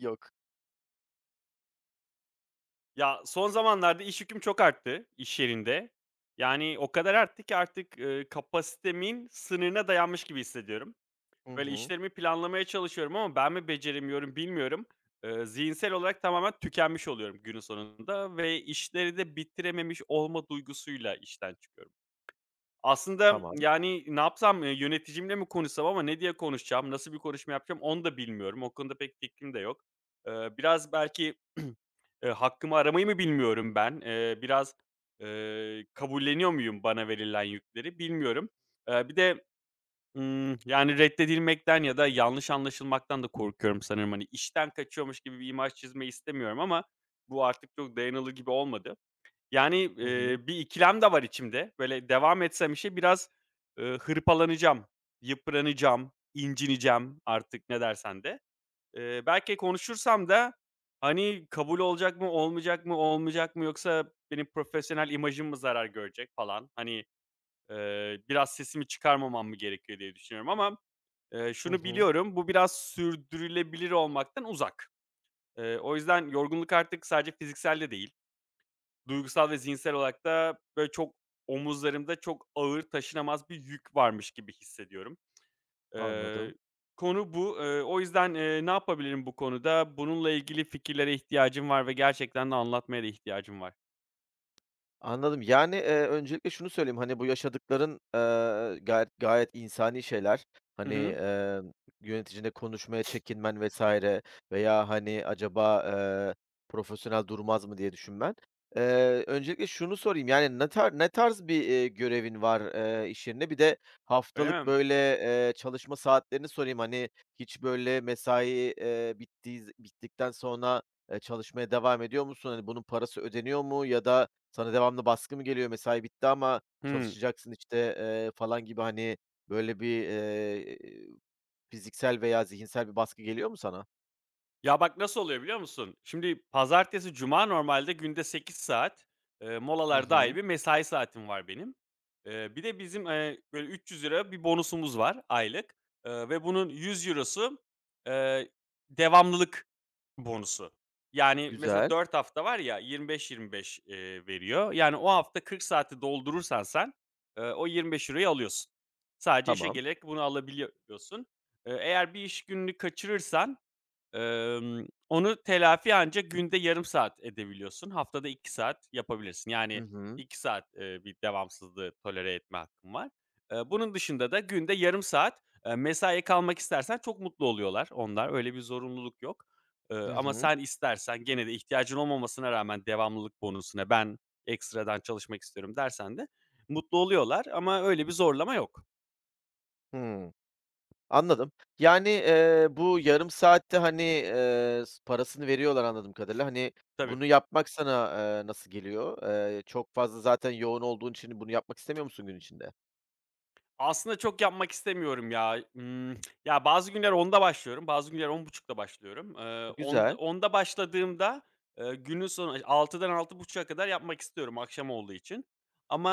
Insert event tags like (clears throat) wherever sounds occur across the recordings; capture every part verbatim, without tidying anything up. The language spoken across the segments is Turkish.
Yok. Ya, son zamanlarda iş yüküm çok arttı iş yerinde. Yani o kadar arttı ki artık, ııı, kapasitemin sınırına dayanmış gibi hissediyorum. Hı Böyle hı. işlerimi planlamaya çalışıyorum ama ben mi beceremiyorum bilmiyorum. Iıı, zihinsel olarak tamamen tükenmiş oluyorum günün sonunda ve işleri de bitirememiş olma duygusuyla işten çıkıyorum. Aslında, Tamam. yani, ne yapsam, ııı, yöneticimle mi konuşsam ama ne diye konuşacağım, nasıl bir konuşma yapacağım onu da bilmiyorum. O konuda pek fikrim de yok. Iıı, biraz belki Eee, hakkımı aramayı mı bilmiyorum ben. Eee, biraz, eee, kabulleniyor muyum bana verilen yükleri bilmiyorum. Eee, bir de, ımm, yani, reddedilmekten ya da yanlış anlaşılmaktan da korkuyorum sanırım. Hani, işten kaçıyormuş gibi bir imaj çizmeyi istemiyorum ama bu artık çok dayanılır gibi olmadı. Yani, Hı eee, hı. bir ikilem de var içimde. Böyle devam etsem işe biraz, eee, hırpalanacağım, yıpranacağım, incineceğim artık ne dersen de. Eee, belki konuşursam da, hani, kabul olacak mı, olmayacak mı, olmayacak mı yoksa benim profesyonel imajım mı zarar görecek falan, hani, eee, biraz sesimi çıkarmamam mı gerekiyor diye düşünüyorum ama, eee, Hı şunu hı. biliyorum, bu biraz sürdürülebilir olmaktan uzak. Eee, o yüzden yorgunluk artık sadece fiziksel de değil, duygusal ve zihinsel olarak da, böyle, çok omuzlarımda çok ağır taşınamaz bir yük varmış gibi hissediyorum. Eee, Anladım. Konu bu. Eee, o yüzden, eee, ne yapabilirim bu konuda? Bununla ilgili fikirlere ihtiyacım var ve gerçekten de anlatmaya da ihtiyacım var. Anladım. Yani, eee, öncelikle şunu söyleyeyim, hani, bu yaşadıkların, eee, gayet gayet insani şeyler. Hı Hani, hı. eee, yöneticinle konuşmaya çekinmen vesaire veya, hani, acaba, eee, profesyonel durmaz mı diye düşünmen. Eee, öncelikle şunu sorayım, yani, ne tar ne tarz bir, eee, görevin var, eee, iş yerinde? Bir de Öyle haftalık, mi? böyle, eee, çalışma saatlerini sorayım. Hani, hiç, böyle, mesai, eee, bittiği bittikten sonra, eee, çalışmaya devam ediyor musun? Hani, bunun parası ödeniyor mu ya da, sana devamlı baskı mı geliyor? Mesai bitti ama Hıı. çalışacaksın, işte, eee, falan gibi, hani, böyle bir, eee, fiziksel veya zihinsel bir baskı geliyor mu sana? Ya, bak, nasıl oluyor biliyor musun? Şimdi pazartesi, cuma normalde günde sekiz saat, eee, Hı molalar dâhil hı. bir mesai saatim var benim. Eee, bir de bizim, eee, böyle üç yüz lira bir bonusumuz var aylık, eee, ve bunun €yüz eurosu, eee, devamlılık bonusu. Yani, mesela Güzel. dört hafta var ya, yirmi beş yirmi beş, eee, veriyor. Yani, o hafta kırk saati doldurursan sen, eee, o €yirmi beş euroyu alıyorsun. Sadece işe Tamam. gelerek bunu alabiliyorsun. Eee, eğer bir iş gününü kaçırırsan, Emm, onu telafi ancak günde yarım saat edebiliyorsun. Haftada iki saat yapabilirsin. Hı Yani hı. iki saat, eee, bir devamsızlığı tolere etme hakkın var. Eee, bunun dışında da günde yarım saat, eee, mesaiye kalmak istersen çok mutlu oluyorlar onlar. Öyle bir zorunluluk yok. Eee, Hı Ama hı. sen istersen gene de ihtiyacın olmamasına rağmen devamlılık bonusuna ben ekstradan çalışmak istiyorum dersen de mutlu oluyorlar ama öyle bir zorlama yok. Hımm. Anladım. Yani, eee, bu yarım saatte, hani, eee, s parasını veriyorlar anladığım kadarıyla. Hani, Tabii. bunu yapmak sana, eee, nasıl geliyor? Eee, çok fazla zaten yoğun olduğun için bunu yapmak istemiyor musun gün içinde? Aslında çok yapmak istemiyorum ya. Imm, ya, bazı günler onda başlıyorum, bazı günler on buçukta başlıyorum. Eee, on Güzel. onda başladığımda, eee, günün sonu altıdan altı altı buçuğa kadar yapmak istiyorum akşam olduğu için.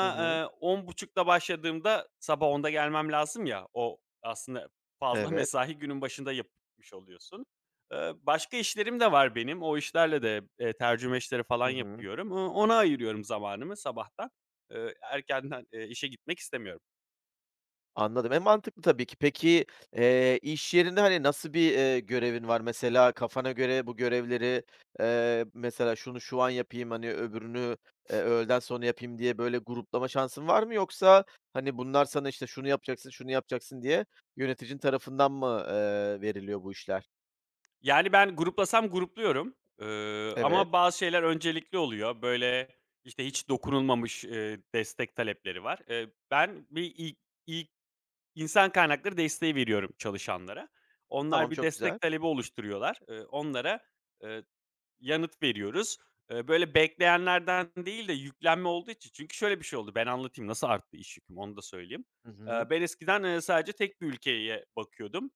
Hı hı. e, on buçukta başladığımda sabah onda gelmem lazım ya. O aslında fazla (laughs) Evet. mesai günün başında yapmış oluyorsun. Eee, başka işlerim de var benim. O işlerle de, eee, tercüme işleri falan Hı hı. yapıyorum. O ona ayırıyorum zamanımı sabahtan. Eee, erkenden, eee, işe gitmek istemiyorum. Anladım. E, mantıklı tabii ki. Peki, eee, iş yerinde, hani, nasıl bir, eee, görevin var? Mesela kafana göre bu görevleri, eee, mesela şunu şu an yapayım, hani, öbürünü, eee, öğleden sonra yapayım diye böyle gruplama şansın var mı? Yoksa, hani, bunlar sana, işte, şunu yapacaksın, şunu yapacaksın diye yöneticin tarafından mı, eee, veriliyor bu işler? Yani, ben gruplasam grupluyorum, ııı, Evet. ama bazı şeyler öncelikli oluyor. Böyle, işte, hiç dokunulmamış, eee, destek talepleri var. Eee, ben bir ilk ilk insan kaynakları desteği veriyorum çalışanlara. Tamam, Onlar bir çok güzel. destek talebi oluşturuyorlar. Iıı, onlara, eee, yanıt veriyoruz. Eee, böyle, bekleyenlerden değil de yüklenme olduğu için çünkü şöyle bir şey oldu, ben anlatayım nasıl arttı iş yüküm, onu da söyleyeyim. Hı Eee, hı. Ben eskiden, eee, sadece tek bir ülkeye bakıyordum.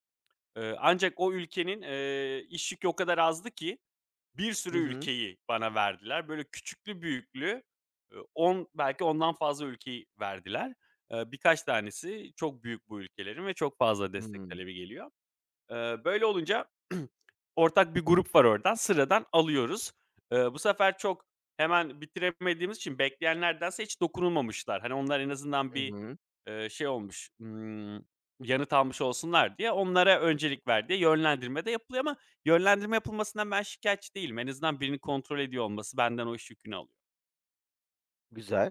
Eee, ancak o ülkenin, eee, iş yükü o kadar azdı ki bir Hı sürü hı. ülkeyi bana verdiler. Böyle küçüklü büyüklü, ııı, on belki ondan fazla ülkeyi verdiler. Eee, birkaç tanesi çok büyük bu ülkelerin ve çok fazla destek Hımm. talebi geliyor. Eee, böyle olunca (clears throat) ortak bir grup var oradan, sıradan alıyoruz. Eee, bu sefer çok hemen bitiremediğimiz için bekleyenlerdense hiç dokunulmamışlar. Hani, onlar en azından Hı hı. bir, hı. eee, şey olmuş, ımm, yanıt almış olsunlar diye onlara öncelik ver yönlendirme de yapılıyor ama yönlendirme yapılmasından ben şikâyetçi değilim. En azından birini kontrol ediyor olması benden o iş yükünü alıyor. Güzel.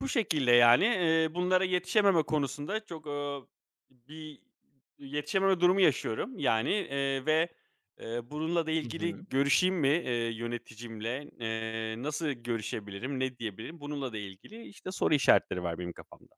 Bu şekilde, yani, eee, bunlara yetişememe konusunda çok, ııı, bir yetişememe durumu yaşıyorum, yani, eee, ve, eee, bununla da Hı hı. ilgili görüşeyim mi, eee, yöneticimle, eee, nasıl görüşebilirim, ne diyebilirim? Bununla da ilgili, işte, soru işaretleri var benim kafamda.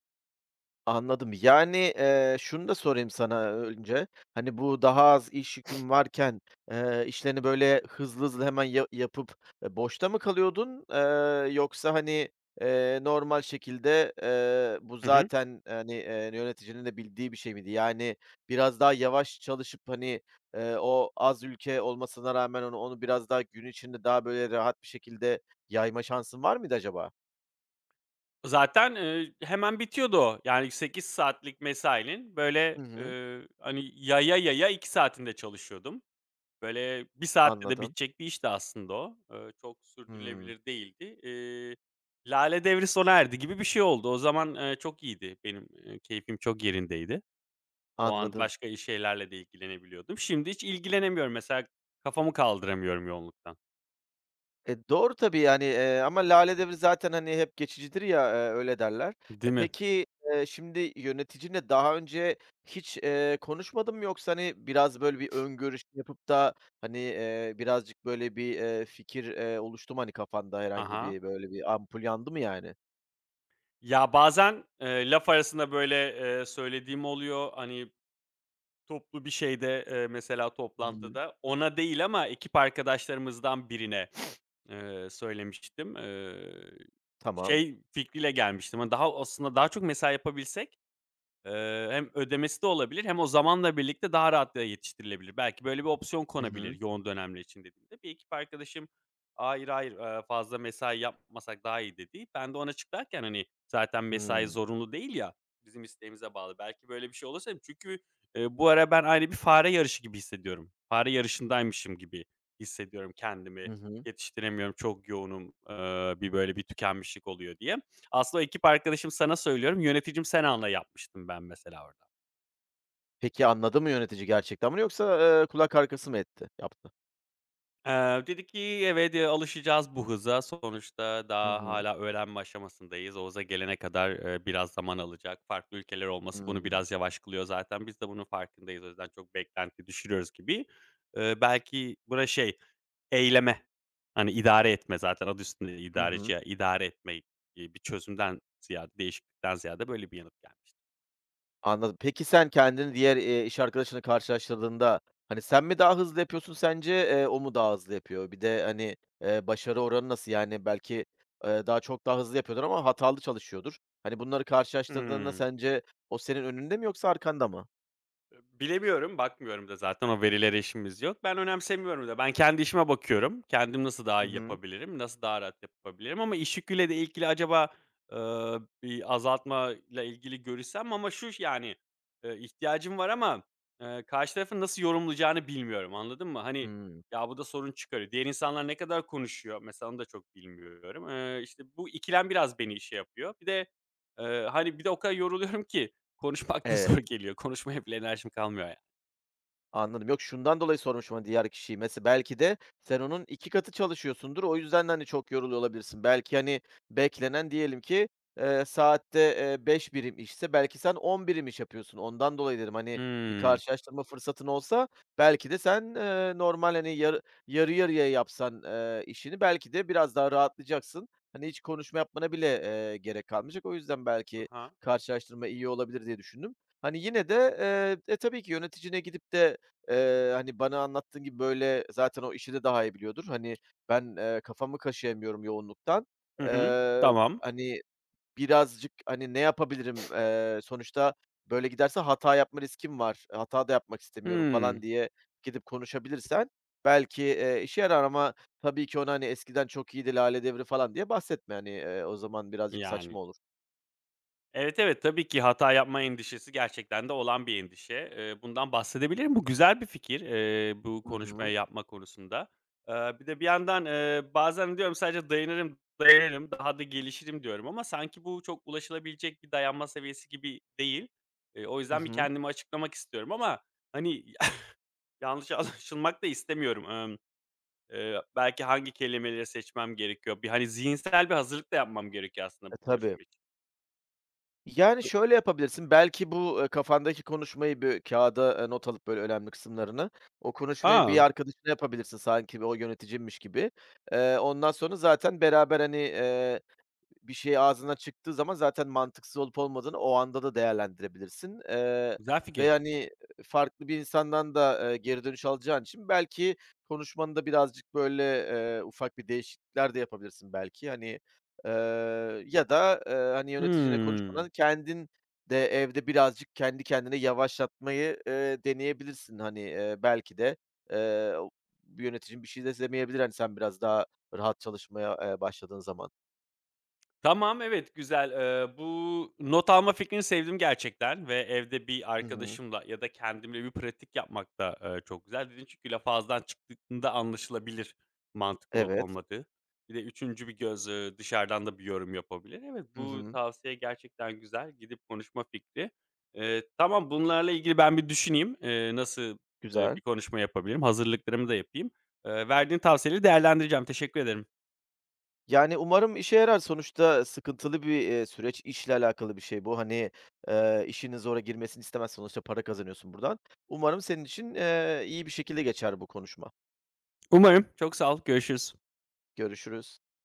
Anladım. Yani, eee, şunu da sorayım sana önce. Hani, bu daha az iş yükün varken, eee, işlerini böyle hızlı hızlı hemen ya yapıp, eee, boşta mı kalıyordun? Eee, yoksa, hani, eee, normal şekilde, eee, bu Hı hı. zaten, hani, eee, yöneticinin de bildiği bir şey miydi? Yani, biraz daha yavaş çalışıp, hani, eee, o az ülke olmasına rağmen onu onu biraz daha gün içinde daha böyle rahat bir şekilde yayma şansın var mıydı acaba? Zaten, eee, hemen bitiyordu o. Yani, sekiz saatlik mesainin böyle, Hı hı. eee, hani, yaya yaya iki saatinde çalışıyordum. Böyle bir saatte de Anladım. bitecek bir işti aslında o. Eee, çok Hımm, sürdürülebilir değildi. Eee, Lale devri sona erdi gibi bir şey oldu. O zaman, eee, çok iyiydi. Benim, eee, keyfim çok yerindeydi. O an anladım. başka i şeylerle de ilgilenebiliyordum. Şimdi hiç ilgilenemiyorum. Mesela kafamı kaldıramıyorum yoğunluktan. E, doğru tabii, yani, eee, ama lale devri zaten, hani, hep geçicidir ya, eee, öyle derler. E, Değil mi? peki, eee, şimdi yöneticinle daha önce hiç, eee, konuşmadın mı yoksa, hani, biraz böyle bir öngörüş yapıp da, hani, eee, birazcık böyle bir, eee, fikir, eee, oluştu mu, hani, kafanda herhangi Aha. bir böyle bir ampul yandı mı yani? Ya, bazen, eee, laf arasında böyle, eee, söylediğim oluyor. Hani, Toplu bir şeyde, eee, mesela Hı hı. toplantıda ona değil ama ekip arkadaşlarımızdan birine, eee, söylemiştim. Eee, Tamam. Şey fikriyle gelmiştim, hani, daha aslında daha çok mesai yapabilsek, Eee, hem ödemesi de olabilir hem o zamanla birlikte daha rahat da yetiştirilebilir. Belki böyle bir opsiyon Hı hı. konabilir yoğun dönemler için dediğimde. Bir ekip arkadaşım, "Hayır, hayır, eee, fazla mesai yapmasak daha iyi." dedi. Ben de ona açıklarken, hani, zaten mesai Hımm. zorunlu değil ya, bizim isteğimize bağlı. Belki böyle bir şey olursa çünkü, eee, bu ara ben aynı bir fare yarışı gibi hissediyorum. Fare yarışındaymışım gibi hissediyorum kendimi. Hı hı. Yetiştiremiyorum, çok yoğunum, eee, bir böyle bir tükenmişlik oluyor diye. Aslında o ekip arkadaşım sana söylüyorum, yöneticim sen anla yapmıştım ben mesela orada. Peki anladı mı yönetici gerçekten bunu yoksa, eee, kulak arkası mı etti, yaptı? Eee, dedi ki, "Evet, eee, alışacağız bu hıza. Sonuçta Hı daha hı. hala öğrenme aşamasındayız. Oğuz'a gelene kadar, eee, biraz zaman alacak. Farklı ülkeler olması bunu Hımm. biraz yavaş kılıyor zaten. Biz de bunun farkındayız. O yüzden çok beklenti düşürüyoruz." gibi. Eee, belki buna şey, eyleme, hani, idare etme zaten adı üstünde Hı idareci hı. ya, idare etme, iii, bir çözümden ziyade, değişiklikten ziyade böyle bir yanıt gelmişti. Anladım. Peki sen kendini diğer, eee, iş arkadaşınla karşılaştırdığında, hani, sen mi daha hızlı yapıyorsun sence, eee, o mu daha hızlı yapıyor? Bir de, hani, eee, başarı oranı nasıl? Yani, belki, eee, daha çok daha hızlı yapıyordur ama hatalı çalışıyordur. Hani, bunları karşılaştırdığında Hıı. sence o senin önünde mi yoksa arkanda mı? bilemiyorum, bakmıyorum da zaten o verilere işimiz yok. Ben önemsemiyorum da. Ben kendi işime bakıyorum. Kendim nasıl daha Hı iyi hı. yapabilirim, nasıl daha rahat yapabilirim ama iş yüküyle de ilgili acaba, eee, bir azaltma ile ilgili görüşsem ama şu yani, eee, ihtiyacım var ama, eee, karşı tarafın nasıl yorumlayacağını bilmiyorum, anladın mı? Hani, Hımm. ya, bu da sorun çıkarıyor. Diğer insanlar ne kadar konuşuyor mesela onu da çok bilmiyorum. Eee, işte, bu ikilem biraz beni işe yapıyor. Bir de, eee, hani, bir de o kadar yoruluyorum ki Konuşmak da (laughs) zor E? geliyor. Konuşmaya bile enerjim kalmıyor ya. Anladım. Yok, şundan dolayı sormuşum, hani, diğer kişiyi. Mesela belki de sen onun iki katı çalışıyorsundur. O yüzden de, hani, çok yoruluyor olabilirsin. Belki, hani, beklenen diyelim ki, eee, saatte, eee, beş birim işse belki sen on birim iş yapıyorsun. Ondan dolayı dedim, hani, bir Hımm. karşılaştırma fırsatın olsa belki de sen, eee, normal, hani, yarı yarı yarıya yapsan, eee, işini belki de biraz daha rahatlayacaksın. Hani, hiç konuşma yapmana bile, eee, gerek kalmayacak. O yüzden belki Ha. karşılaştırma iyi olabilir diye düşündüm. Hani, yine de, eee, e, tabii ki yöneticine gidip de, Eee, hani, bana anlattığın gibi, böyle, zaten o işi de daha iyi biliyordur. Hani, ben, eee, kafamı kaşıyamıyorum yoğunluktan. Hı hı. Eee, Tamam. Hani, birazcık, hani, ne yapabilirim? Eee, sonuçta böyle giderse hata yapma riskim var. E, Hata da yapmak istemiyorum falan Hımm. diye gidip konuşabilirsen belki, eee, işe yarar ama tabii ki ona, hani, eskiden çok iyiydi, lale devri falan diye bahsetme. Hani, eee, o zaman birazcık Yani. saçma olur. Evet, evet. Tabii ki hata yapma endişesi gerçekten de olan bir endişe. Eee, bundan bahsedebilirim. Bu güzel bir fikir, eee, bu Hı konuşmayı hı. yapma konusunda. Eee, bir de bir yandan, eee, bazen diyorum sadece dayanırım, dayanırım, daha da gelişirim diyorum ama sanki bu çok ulaşılabilecek bir dayanma seviyesi gibi değil. Eee, o Hı yüzden bir hı. kendimi açıklamak istiyorum ama, hani, (laughs) yanlış anlaşılmak da istemiyorum. Emm Eee, belki hangi kelimeleri seçmem gerekiyor? Bir, hani, zihinsel bir hazırlık da yapmam gerekiyor aslında E, bu tabii. konuşma için. Yani, şöyle yapabilirsin, belki bu, eee, kafandaki konuşmayı bir kağıda eee, not alıp, böyle, önemli kısımlarını, o konuşmayı A! bir arkadaşına yapabilirsin sanki o yöneticimmiş gibi. Eee, ondan sonra zaten beraber, hani, bir şey ağzından çıktığı zaman zaten mantıksız olup olmadığını o anda da değerlendirebilirsin. Eee, Güzel Ve, fikir. hani, farklı bir insandan da, eee, geri dönüş alacağın için belki konuşmanı da birazcık, böyle, eee, ufak bir değişiklikler de yapabilirsin belki. Hani, eee, ya da, eee, hani, yöneticinle Hıı. konuşmadan kendin de evde birazcık kendi kendine yavaşlatmayı, eee, deneyebilirsin. Hani, eee, belki de, eee, o bir yöneticin bir şey de demeyebilir, hani, sen biraz daha rahat çalışmaya, eee, başladığın zaman. Tamam, evet, güzel. Eee, bu not alma fikrini sevdim gerçekten ve evde bir Hı hı. arkadaşımla ya da kendimle bir pratik yapmak da, eee, çok güzel. Dedin çünkü laf ağızdan çıktığında anlaşılabilir mantıklı olup Evet. olmadığı. Bir de üçüncü bir göz, eee, dışarıdan da bir yorum yapabilir. Evet, Hı bu hı. tavsiye gerçekten güzel. Gidip konuşma fikri. Eee, tamam, bunlarla ilgili ben bir düşüneyim. Eee, nasıl, eee, bir Güzel. konuşma yapabilirim? Hazırlıklarımı da yapayım. Eee, verdiğin tavsiyeleri değerlendireceğim. Teşekkür ederim. Yani, umarım işe yarar. Sonuçta sıkıntılı bir, eee, süreç. İşle alakalı bir şey bu. Hani, eee, işinin zora girmesini istemezsin. Sonuçta para kazanıyorsun buradan. Umarım senin için, eee, iyi bir şekilde geçer bu konuşma. Umarım. Çok sağ ol. Görüşürüz. Görüşürüz.